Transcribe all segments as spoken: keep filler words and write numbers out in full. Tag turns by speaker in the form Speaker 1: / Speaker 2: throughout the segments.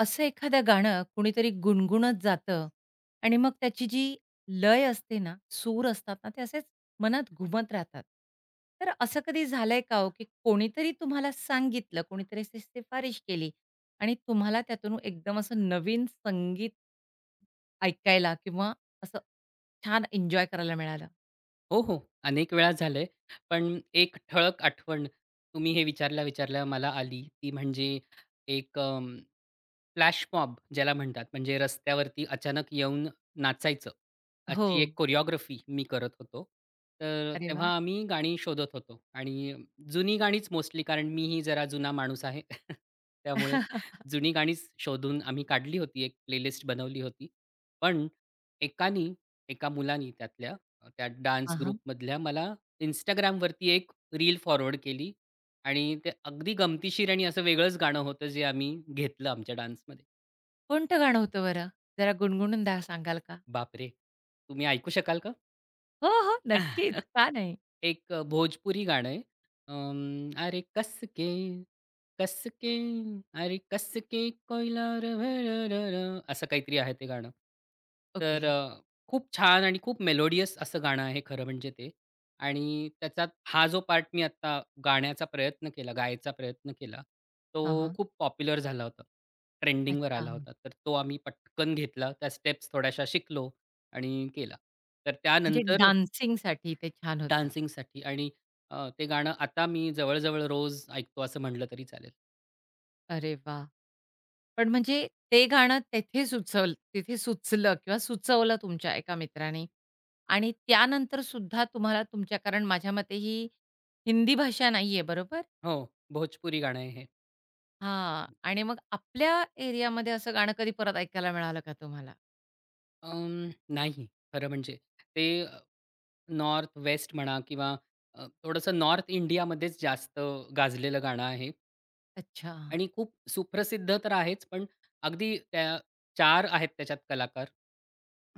Speaker 1: असं एखादं गाणं कुणीतरी गुणगुणत जातं आणि मग त्याची जी लय असते ना, सूर असतात ना, ते असेच मनात घुमत राहतात. तर असं कधी झालंय का हो, की कोणीतरी तुम्हाला सांगितलं, कोणीतरी अशी शिफारिश केली आणि तुम्हाला त्यातून एकदम असं नवीन संगीत ऐकायला किंवा असं छान एन्जॉय करायला मिळालं?
Speaker 2: हो, हो. अनेक वेळा झालंय. पण एक ठळक आठवण तुम्ही हे विचारल्या-विचारल्या मला आली. ती म्हणजे एक अं, फ्लॅश मॉब ज्याला म्हणतात, म्हणजे रस्त्यावरती अचानक येऊन नाचायचं,
Speaker 1: हो.
Speaker 2: अशी एक कोरिओग्राफी मी करत होतो. तर
Speaker 1: अरे
Speaker 2: तेव्हा
Speaker 1: वाह!
Speaker 2: आम्ही गाणी शोधत होतो आणि जुनी गाणीच मोस्टली कारण मीही जरा जुना माणूस आहे. त्यामुळे
Speaker 1: हां.
Speaker 2: जुनी गाणीच शोधून आम्ही काढली होती, एक प्लेलिस्ट बनवली होती. पण एकानी, एका मुलानी त्यातल्या अ, त्या डान्स ग्रुपमधल्या मला Instagramवरती एक रील फॉरवर्ड केली आणि ते अगदी गमतीशीर आणि असं वेगळंच गाणं होतं, जे आम्ही घेतलं आमच्या डान्समध्ये.
Speaker 1: कोणतं गाणं होतं बरं? जरा गुणगुणून द्या सांगाल का?
Speaker 2: बापरे! तुम्ही ऐकू शकाल का?
Speaker 1: हो, हो. नक्कीच. का नाही?
Speaker 2: एक अ, भोजपुरी गाणं आहे. अं, अरे कसके, कसके, अरे कसके कोयला र भर र र, असं काहीतरी आहे ते गाणं.
Speaker 1: ओके.
Speaker 2: तर अ, खूप छान आणि खूप मेलोडियस असं गाणं आहे खरं म्हणजे ते. आणि त्याचा हा जो पार्ट मी आत्ता गाण्याचा प्रयत्न केला, गायचा प्रयत्न केला, तो
Speaker 1: हां.
Speaker 2: खूप पॉप्युलर झाला होता. ट्रेंडिंगवर
Speaker 1: अच्छा.
Speaker 2: आला होता. तर तो आम्ही पटकन घेतला. त्या स्टेप्स थोड्याशा शिकलो आणि केला. तर
Speaker 1: म्हणजे
Speaker 2: त्यानंतर
Speaker 1: डान्सिंगसाठी ते छान होतं.
Speaker 2: डान्सिंगसाठी आणि अ, ते गाणं आता मी जवळ-जवळ रोज ऐकतो असं म्हटलं तरी चालेल.
Speaker 1: अरे वाह! पण म्हणजे ते गाणं तेथे सुचवल तिथे सुचलं किंवा सुचवलं तुमच्या एका मित्राने आणि त्यानंतर सुद्धा तुम्हाला तुमच्या कारण माझ्या मते ही हिंदी भाषा नाहीये, बरोबर?
Speaker 2: हो, भोजपुरी गाणं आहे हे.
Speaker 1: हां. आणि मग आपल्या एरियामध्ये असं गाणं कधी परत ऐकायला मिळालं का तुम्हाला?
Speaker 2: अं, नाही खरं म्हणजे. ते अ, नॉर्थ, वेस्ट म्हणा किंवा अ, थोडंसं नॉर्थ इंडियामध्येच जास्त गाजलेलं गाणं आहे.
Speaker 1: अच्छा.
Speaker 2: आणि खूप सुप्रसिद्ध तर आहेच, पण अगदी त्या चार आहेत त्याच्यात कलाकार.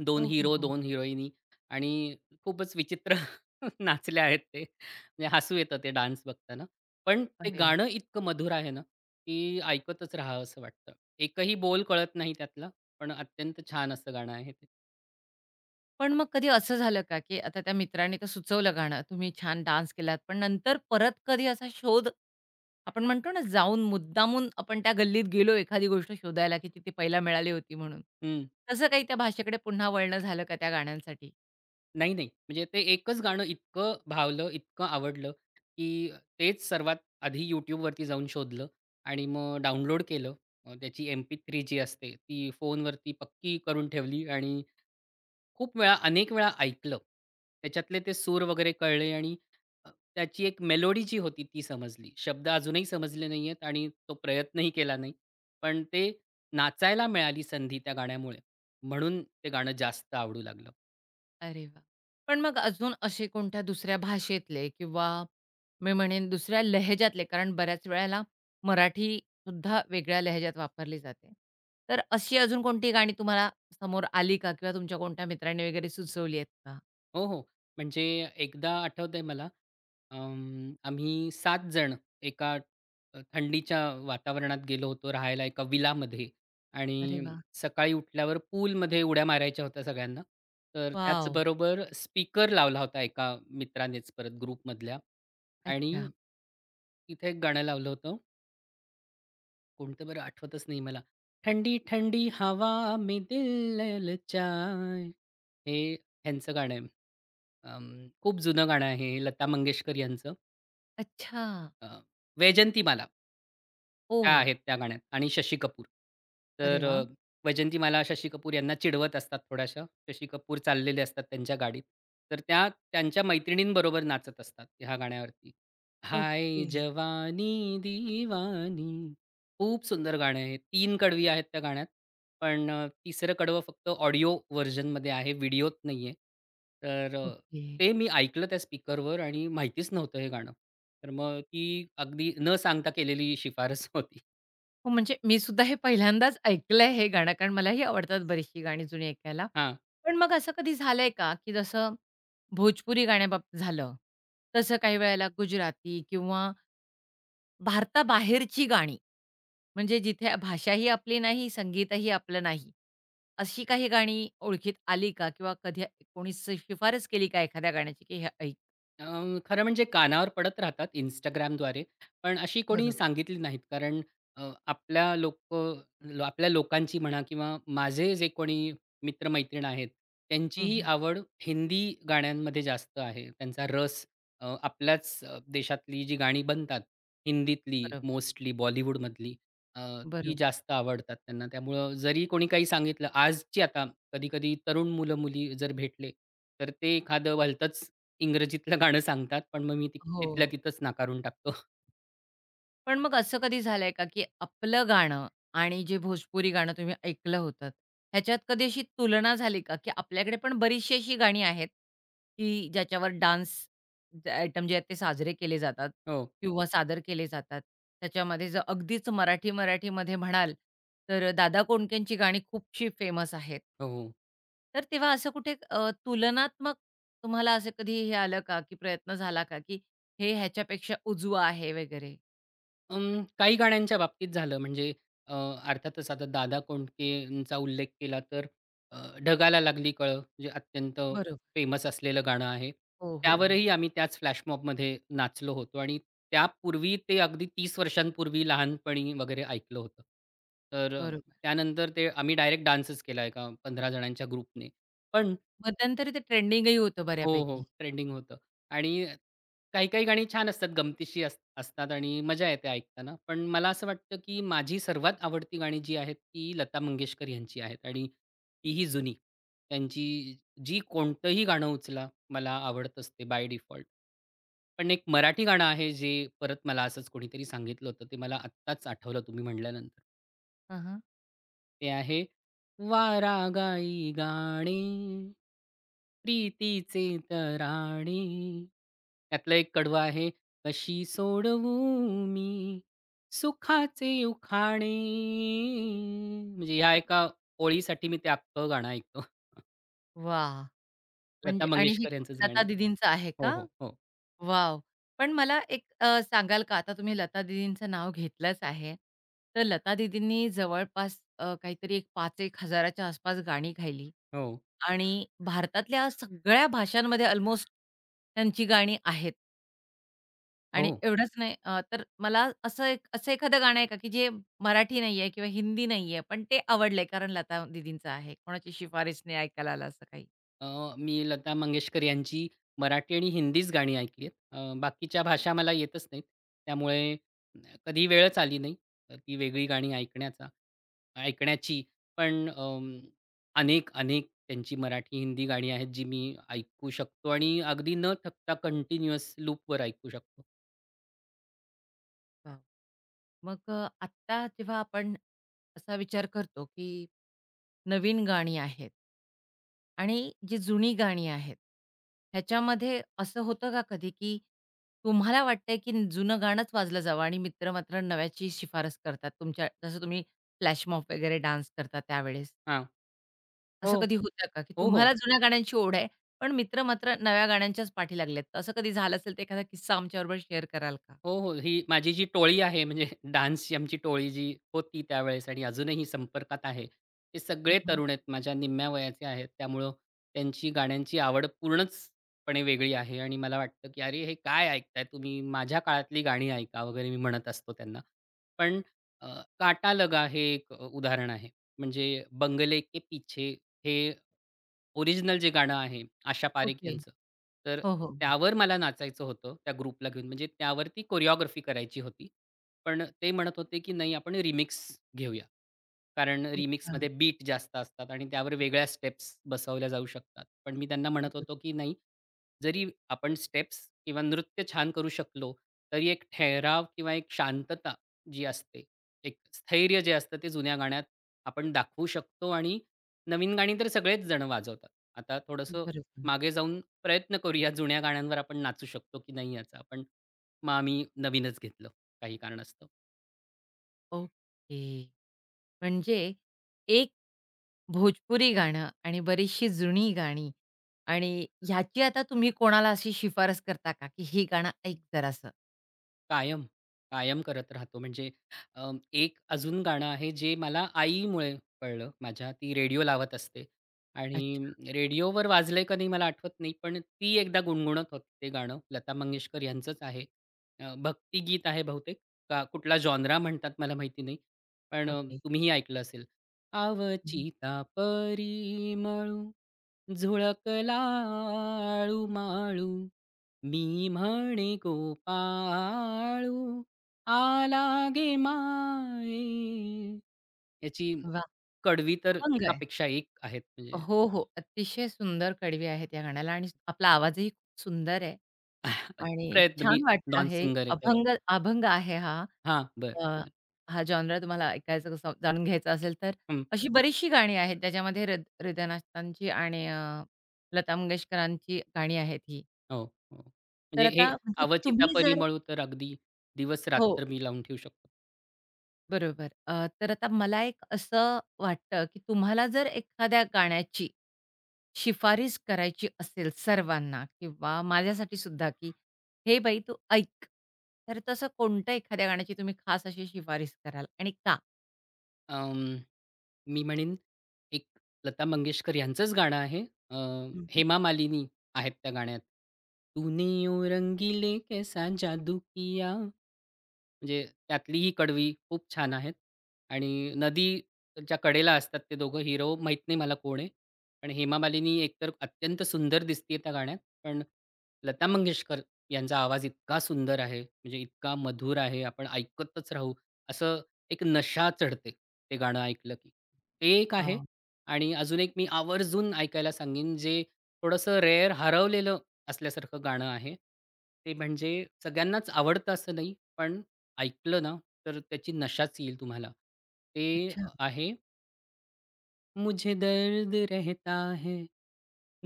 Speaker 2: दोन
Speaker 1: हो, हो,
Speaker 2: हिरो,
Speaker 1: हो.
Speaker 2: दोन हिरोईनी आणि खूपच विचित्र नाचले आहेत ते. म्हणजे हसू येतं ते डान्स बघताना. पण ते
Speaker 1: अरे वाह!
Speaker 2: गाणं इतकं मधुर आहे ना, की ऐकतच राहावसं वाटतं. एकही बोल कळत नाही त्यातला, पण अत्यंत छान असं गाणं आहे ते.
Speaker 1: पण मग कधी असं झालं का, की आता त्या मित्राने तर सुचवलं गाणं, तुम्ही छान डान्स केलात, पण नंतर परत कधी असा शोध आपण म्हणतो ना, जाऊन मुद्दामून आपण त्या गल्लीत गेलो एखादी गोष्ट शोधायला, की ती पहिला मिळाली होती म्हणून.
Speaker 2: हं.
Speaker 1: तसं काही त्या भाषेकडे पुन्हा वळणं झालं का त्या गाण्यांसाठी?
Speaker 2: नाही, नाही. म्हणजे ते एकच गाणं इतकं भावलं, इतकं आवडलं, की तेच सर्वात आधी YouTubeवरती जाऊन शोधलं आणि मग डाउनलोड केलं. अ, त्याची एम पी थ्री जी असते, ती फोनवरती पक्की करून ठेवली आणि खूप वेळा, अनेक वेळा ऐकलं. त्याच्यातले ते सूर वगैरे कळले आणि अ, त्याची एक मेलोडी जी होती ती समजली. शब्द अजूनही समजले नाही आहेत आणि तो प्रयत्नही केला नाही. पण ते नाचायला मिळाली संधी त्या गाण्यामुळे. म्हणून ते गाणं जास्त आवडू लागलं.
Speaker 1: अरे वाह! पण मग अजून असे कोणत्या दुसऱ्या भाषेतले किंवा मी म्हणेन दुसऱ्या लहेजातले कारण बऱ्याच वेळेला मराठीसुद्धा वेगळ्या लहेजात वापरली जाते. तर अशी अजून कोणती गाणी तुम्हाला समोर आली का? किंवा तुमच्या कोणत्या मित्रांनी वगैरे सुचवली आहेत का?
Speaker 2: हो, हो. म्हणजे एकदा आठवतंय मला अं, आम्ही सात जण एका अ, थंडीच्या वातावरणात गेलो होतो राहायला एका विलामध्ये
Speaker 1: अरे
Speaker 2: आणि
Speaker 1: वाह!
Speaker 2: सकाळी उठल्यावर पूलमध्ये उड्या मारायच्या होत्या सगळ्यांना. तर
Speaker 1: वॉव!
Speaker 2: त्याचबरोबर स्पीकर लावला होता एका मित्रानेच परत ग्रुपमधल्या आणि
Speaker 1: अच्छा.
Speaker 2: तिथे एक गाणं लावलं होतं. कोणतं बरं आठवतच नाही मला. ठंडी-ठंडी हवा में दिल ललचाए हे ह्यांचं गाणं आहे. अं, खूप जुनं गाणं आहे हे लता मंगेशकर यांचं
Speaker 1: अच्छा.
Speaker 2: अ, वैजंतीमाला
Speaker 1: ओ.
Speaker 2: त्या आहेत त्या गाण्यात आणि शशी कपूर.
Speaker 1: अरे
Speaker 2: तर
Speaker 1: वाह!
Speaker 2: अ, वैजंतीमाला शशी कपूर यांना चिडवत असतात थोड्याशा. शशी कपूर चाललेले असतात त्यांच्या गाडीत. तर त्या त्यांच्या मैत्रिणींबरोबर नाचत असतात ह्या गाण्यावरती. Hi
Speaker 1: okay.
Speaker 2: जवानी दिवानी खूप सुंदर गाणं आहे. तीन कडवी आहेत त्या गाण्यात पण अ, तिसरं कडवं फक्त ऑडिओ व्हर्जनमध्ये आहे, व्हिडिओत नाही आहे. तर अ,
Speaker 1: ओके.
Speaker 2: ते मी ऐकलं त्या स्पीकरवर आणि माहितीच नव्हतं हे गाणं. तर मग ती अगदी न सांगता केलेली शिफारस होती.
Speaker 1: हो, म्हणजे मी सुद्धा हे पहिल्यांदाच ऐकलंय हे गाणं, कारण मलाही आवडतात बरीचशी गाणी जुनी ऐकायला.
Speaker 2: हां.
Speaker 1: पण मग असं कधी झालंय का, की जसं भोजपुरी गाण्याबाबतीत झालं, तसं काही वेळेला गुजराती किंवा भारताबाहेरची गाणी, म्हणजे जिथे भाषाही आपली नाही, संगीतही आपलं नाही, अशी काही गाणी ओळखीत आली का? किंवा कधी कोणी स शिफारस केली का एखाद्या गाण्याची, की हे ऐक?
Speaker 2: अं, खरं म्हणजे कानावर पडत राहतात Instagramद्वारे, पण अशी कोणी
Speaker 1: बरोबर.
Speaker 2: सांगितली नाहीत. कारण अ, आपल्या लोकं लो आपल्या लोकांची म्हणा किंवा माझे जे कोणी मित्र-मैत्रीण आहेत,
Speaker 1: हं,
Speaker 2: त्यांचीही
Speaker 1: हं.
Speaker 2: आवड हिंदी गाण्यांमध्ये जास्त आहे. त्यांचा रस अ, आपल्याच अ, देशातली जी गाणी बनतात, हिंदीतली
Speaker 1: बरोबर,
Speaker 2: मोस्टली बॉलिवूडमधली अ, ती
Speaker 1: बरोबर.
Speaker 2: जास्त आवडतात त्यांना. त्यामुळं जरी कोणी काही सांगितलं आजची आता कधी-कधी तरुण मुलं-मुली जर भेटले, तर ते एखादं भलतंच इंग्रजीतलं गाणं सांगतात, पण मग मी ती
Speaker 1: हो.
Speaker 2: तिथल्या तिथंच नाकारून टाकतो.
Speaker 1: पण मग असं कधी झालंय का, की आपलं गाणं आणि जे भोजपुरी गाणं तुम्ही ऐकलं होतं, ह्याच्यात कधी अशी तुलना झाली का, की आपल्याकडे पण बरीचशी अशी गाणी आहेत, की ज्याच्यावर डान्स आयटम जे आहेत ते साजरे केले जातात
Speaker 2: हो,
Speaker 1: किंवा सादर केले जातात. त्याच्यामध्ये जर अगदीच मराठी, मराठीमध्ये म्हणाल, तर दादा कोंडकेंची गाणी खूपशी फेमस आहेत.
Speaker 2: हो.
Speaker 1: तर तेव्हा असं कुठे अ, तुलनात्मक तुम्हाला असं कधी हे आलं का, की प्रयत्न झाला का, की हे ह्याच्यापेक्षा उजवं आहे वगैरे?
Speaker 2: अं, काही गाण्यांच्या बाबतीत झालं म्हणजे अ, अर्थातच आता दादा कोंडकेंचा उल्लेख केला तर अ, ढगाला लागली कळं जे अत्यंत फेमस असलेलं गाणं आहे.
Speaker 1: हो, हो, हो.
Speaker 2: त्यावरही आम्ही त्याच फ्लॅशमॉबमध्ये नाचलो होतो आणि त्यापूर्वी ते अगदी तीस वर्षांपूर्वी लहानपणी वगैरे ऐकलं होतं. तर अ,
Speaker 1: बरोबर.
Speaker 2: त्यानंतर ते आम्ही डायरेक्ट डान्सच केला एका पंधरा जणांच्या ग्रुपने. पण
Speaker 1: मध्यंतरी ते ट्रेंडिंगही होतं
Speaker 2: हो, हो.
Speaker 1: बऱ्यापैकी.
Speaker 2: ट्रेंडिंग होतं आणि काही-काही गाणी छान असतात, गमतीशीर अस असतात आणि मजा येते ऐकताना. पण मला असं वाटतं, की माझी सर्वात आवडती गाणी जी आहेत, ती लता मंगेशकर यांची आहेत आणि तीही जुनी. त्यांची जी कोणतंही गाणं उचला, मला आवडत असते बाय डिफॉल्ट. पण एक मराठी गाणं आहे, जे परत मला असंच कोणीतरी सांगितलं होतं. ते मला आत्ताच आठवलं तुम्ही म्हटल्यानंतर.
Speaker 1: हां, हां.
Speaker 2: ते आहे वारा गाई गाणे प्रीतीचे तराणे त्यातलं एक कडवं आहे कशी सोडवू मी सुखाचे उखाणे म्हणजे ह्या एका ओळीसाठी मी ते अख्खं गाणं ऐकतो.
Speaker 1: वाह!
Speaker 2: लता
Speaker 1: म्हणजे आणि हे
Speaker 2: मंगेशकर यांचंच गाणं.
Speaker 1: लता दीदींचं आहे
Speaker 2: हो,
Speaker 1: का?
Speaker 2: हो, हो,
Speaker 1: वॉव! पण मला एक अ, सांगाल का आता तुम्ही लता दीदींचं नाव घेतलंच आहे. तर लता दीदींनी जवळपास अ, काहीतरी एक पाच हजार-एक हजार च्या आसपास गाणी गायली
Speaker 2: हो,
Speaker 1: आणि भारतातल्या सगळ्या भाषांमध्ये अल्मोस्ट त्यांची गाणी आहेत.
Speaker 2: हो.
Speaker 1: आणि एवढंच नाही अ, तर मला असं एक असं एखादं गाणं आहे का, की जे मराठी नाहीये किंवा हिंदी नाहीये, पण ते आवडलंय कारण लता दीदींचं आहे. कोणाची शिफारस नाही ऐकायला आलं असं काही.
Speaker 2: अ, मी लता मंगेशकर यांची मराठी आणि हिंदीच गाणी ऐकली आहेत. अ, बाकीच्या भाषा मला येतच नाहीत. त्यामुळे अ, कधी वेळच आली नाही, अ, ती वेगळी गाणी ऐकण्याचा ऐकण्याची. पण अं, अनेक, अनेक त्यांची मराठी, हिंदी गाणी आहेत, जी मी ऐकू शकतो आणि अगदी न थकता कंटिन्यूअस लूपवर ऐकू शकतो.
Speaker 1: वाह! मग अ, आत्ता जेव्हा आपण असा विचार करतो, की नवीन गाणी आहेत आणि जी जुनी गाणी आहेत, ह्याच्यामध्ये असं होतं का कधी, की तुम्हाला वाटतंय, की जुनं गाणंच वाजलं जावं आणि मित्र मात्र नव्याची शिफारस करतात तुमच्या जसं तुम्ही फ्लॅशमॉब वगैरे डान्स करता त्यावेळेस.
Speaker 2: हां.
Speaker 1: असं
Speaker 2: हो.
Speaker 1: कधी होतं का, की
Speaker 2: हो, हो.
Speaker 1: तुम्हाला जुन्या गाण्यांची ओढ आहे, पण मित्र मात्र नव्या गाण्यांच्याच पाठी लागलेत. असं कधी झालं असेल तर एखादा किस्सा आमच्याबरोबर शेअर कराल का?
Speaker 2: हो, हो. ही माझी जी टोळी आहे म्हणजे डान्सची आमची टोळी जी होती त्यावेळेस आणि अजूनही संपर्कात आहे. ते सगळे
Speaker 1: हं.
Speaker 2: तरुण आहेत. माझ्या निम्म्या वयाचे आहेत. त्यामुळं त्यांची गाण्यांची आवड पूर्णचपणे वेगळी आहे आणि मला वाटतं, की "अरे, हे काय ऐकताय तुम्ही? माझ्या काळातली गाणी ऐका" वगैरे मी म्हणत असतो त्यांना. पण अ, "काटा लगा" हे एक उदाहरण आहे. म्हणजे "बंगले के पीछे" हे ओरिजिनल जे गाणं आहे आशा पारेख
Speaker 1: ओके.
Speaker 2: यांचं, तर
Speaker 1: हो, हो.
Speaker 2: त्यावर मला नाचायचं होतं त्या ग्रुपला घेऊन. म्हणजे त्यावरती कोरिओग्राफी करायची होती. पण ते म्हणत होते, की नाही आपण रिमिक्स घेऊया. कारण
Speaker 1: अच्छा.
Speaker 2: रिमिक्समध्ये बीट जास्त असतात आणि त्यावर वेगळ्या स्टेप्स बसवल्या जाऊ शकतात. पण मी त्यांना म्हणत
Speaker 1: बरं.
Speaker 2: होतो, की नाही जरी आपण स्टेप्स किंवा नृत्य छान करू शकलो, तरी एक ठहराव किंवा एक शांतता जी असते, एक स्थैर्य जे असतं ते जुन्या गाण्यात आपण दाखवू शकतो आणि नवीन गाणी तर सगळेच जण वाजवतात. आता थोडंसं
Speaker 1: बरोबर.
Speaker 2: मागे जाऊन प्रयत्न करूया जुन्या गाण्यांवर आपण नाचू शकतो की नाही याचा. पण मग आम्ही नवीनच घेतलं काही कारणास्तव.
Speaker 1: ओके. म्हणजे एक भोजपुरी गाणं आणि बरीचशी जुनी गाणी आणि ह्याची आता तुम्ही कोणाला अशी शिफारस करता का, की हे गाणं ऐक जरासं?
Speaker 2: कायम, कायम करत राहतो. म्हणजे अ, एक अजून गाणं आहे जे मला आईमुळे कळलं माझ्या. ती रेडिओ लावत असते आणि
Speaker 1: अच्छा.
Speaker 2: रेडिओवर वाजलंय का नाही मला आठवत नाही. पण ती एकदा गुणगुणत होती ते गाणं. लता मंगेशकर यांचंच आहे. अ, भक्तिगीत आहे बहुतेक. का कुठला जॉनरा म्हणतात मला माहिती नाही. पण अ,
Speaker 1: ओके.
Speaker 2: तुम्हीही ऐकलं असेल.
Speaker 1: हं.
Speaker 2: आवची तापरी मळू झुळकला आळू माळू. मी म्हणे गोपाळू आला गे माये याची
Speaker 1: वाह!
Speaker 2: कडवी तर
Speaker 1: अभंग आहे.
Speaker 2: एकापेक्षा एक आहेत म्हणजे
Speaker 1: हो, हो. अतिशय सुंदर कडवी आहेत या गाण्याला आणि आपला आवाजही खूप सुंदर आहे. आणि
Speaker 2: प्रयत्न मी
Speaker 1: छान वाटलं
Speaker 2: नॉन
Speaker 1: हे
Speaker 2: सिंगर आहे खरं.
Speaker 1: अभंग अभंग आहे हा.
Speaker 2: हां, बरं,
Speaker 1: अ,
Speaker 2: बरं.
Speaker 1: हा जॉनरा तुम्हाला ऐकायचं कसं जाणून घ्यायचा असेल तर
Speaker 2: हं.
Speaker 1: अशी बरीचशी गाणी आहेत त्याच्यामध्ये हृद हृदय नागतांची आणि अ, लता मंगेशकरांची गाणी आहेत ही.
Speaker 2: हो, हो.
Speaker 1: तर
Speaker 2: म्हणजे
Speaker 1: आता
Speaker 2: हे
Speaker 1: म्हणजे
Speaker 2: अवचिता
Speaker 1: तुम्ही जर
Speaker 2: परिमळू तर अगदी
Speaker 1: हो.
Speaker 2: दिवस-रात्र मी लावून ठेवू शकतो.
Speaker 1: बरोबर. अ, तर आता मला एक असं वाटतं, की तुम्हाला जर एखाद्या गाण्याची शिफारिश करायची असेल सर्वांना किंवा माझ्यासाठी सुद्धा, की "हे बाई तू ऐक." तर तसं कोणत्या एखाद्या गाण्याची तुम्ही खास अशी शिफारिश कराल आणि का?
Speaker 2: अं मी म्हणेन एक लता मंगेशकर यांचंच गाणं आहे. अ,
Speaker 1: हं, हं.
Speaker 2: हेमा मालिनी आहेत त्या गाण्यात. तूने ओ रंगीले कैसा जादू किया म्हणजे त्यातली ही कडवी खूप छान आहेत आणि नदीच्या कडेला असतात ते दोघं. हिरो माहीत नाही मला कोण आहे. पण हेमा मालिनी एकतर अत्यंत सुंदर दिसतीये त्या गाण्यात. पण लता मंगेशकर यांचा आवाज इतका सुंदर आहे, म्हणजे इतका मधुर आहे, आपण ऐकतच राहू, असं एक नशा चढते ते गाणं ऐकलं की. ते एक आहे आणि अजून एक मी आवर्जून ऐकायला सांगेन, जे थोडंसं रेअर हरवलेलं असल्यासारखं गाणं आहे. ते म्हणजे सगळ्यांनाच आवडतं असं नाही, पण ऐकलं ना, तर त्याची नशाच येईल तुम्हाला. ते
Speaker 1: अच्छा,
Speaker 2: अ, आहे मुझे दर्द रहता है,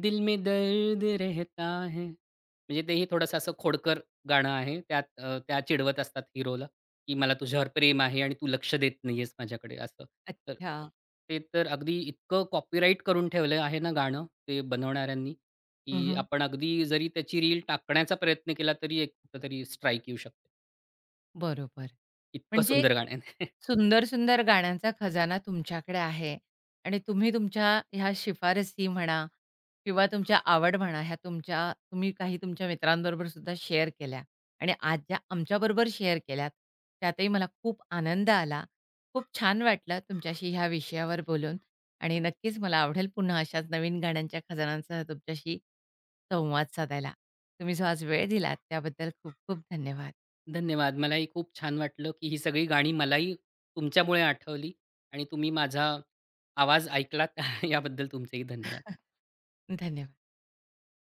Speaker 2: दिल में दर्द रहता है. म्हणजे तेही थोडंसं असं खोडकर गाणं आहे. त्यात अ, त्या चिडवत असतात हिरोला, की मला तुझ्यावर प्रेम आहे आणि तू लक्ष देत नाही आहेस माझ्याकडे असं. तर
Speaker 1: अच्छा.
Speaker 2: ते तर अगदी इतकं कॉपीराईट करून ठेवलं आहे ना गाणं ते बनवणाऱ्यांनी, की
Speaker 1: हं.
Speaker 2: आपण अगदी जरी त्याची रील टाकण्याचा प्रयत्न केला तरी एक कुठेतरी स्ट्राईक येऊ शकते.
Speaker 1: बरोबर.
Speaker 2: इतकं
Speaker 1: म्हणजे
Speaker 2: सुंदर गाणं आहे.
Speaker 1: सुंदर, सुंदर गाण्यांचा खजाना तुमच्याकडे आहे आणि तुम्ही तुमच्या ह्या शिफारसी म्हणा किंवा तुमच्या आवड म्हणा, ह्या तुमच्या तुम्ही काही तुमच्या मित्रांबरोबर सुद्धा शेअर केल्या आणि आज ज्या आमच्याबरोबर शेअर केल्यात, त्यातही मला खूप आनंद आला. खूप छान वाटलं तुमच्याशी ह्या विषयावर बोलून आणि नक्कीच मला आवडेल पुन्हा अशाच नवीन गाण्यांच्या खजानांसह तुमच्याशी संवाद साधायला. तुम्ही जो आज वेळ दिलात त्याबद्दल खूप खूप धन्यवाद.
Speaker 2: धन्यवाद. मलाही खूप छान वाटलं, की ही सगळी गाणी मलाही तुमच्यामुळे आठवली आणि तुम्ही माझा आवाज ऐकलात. याबद्दल तुमचेही धन्यवाद.
Speaker 1: धन्यवाद.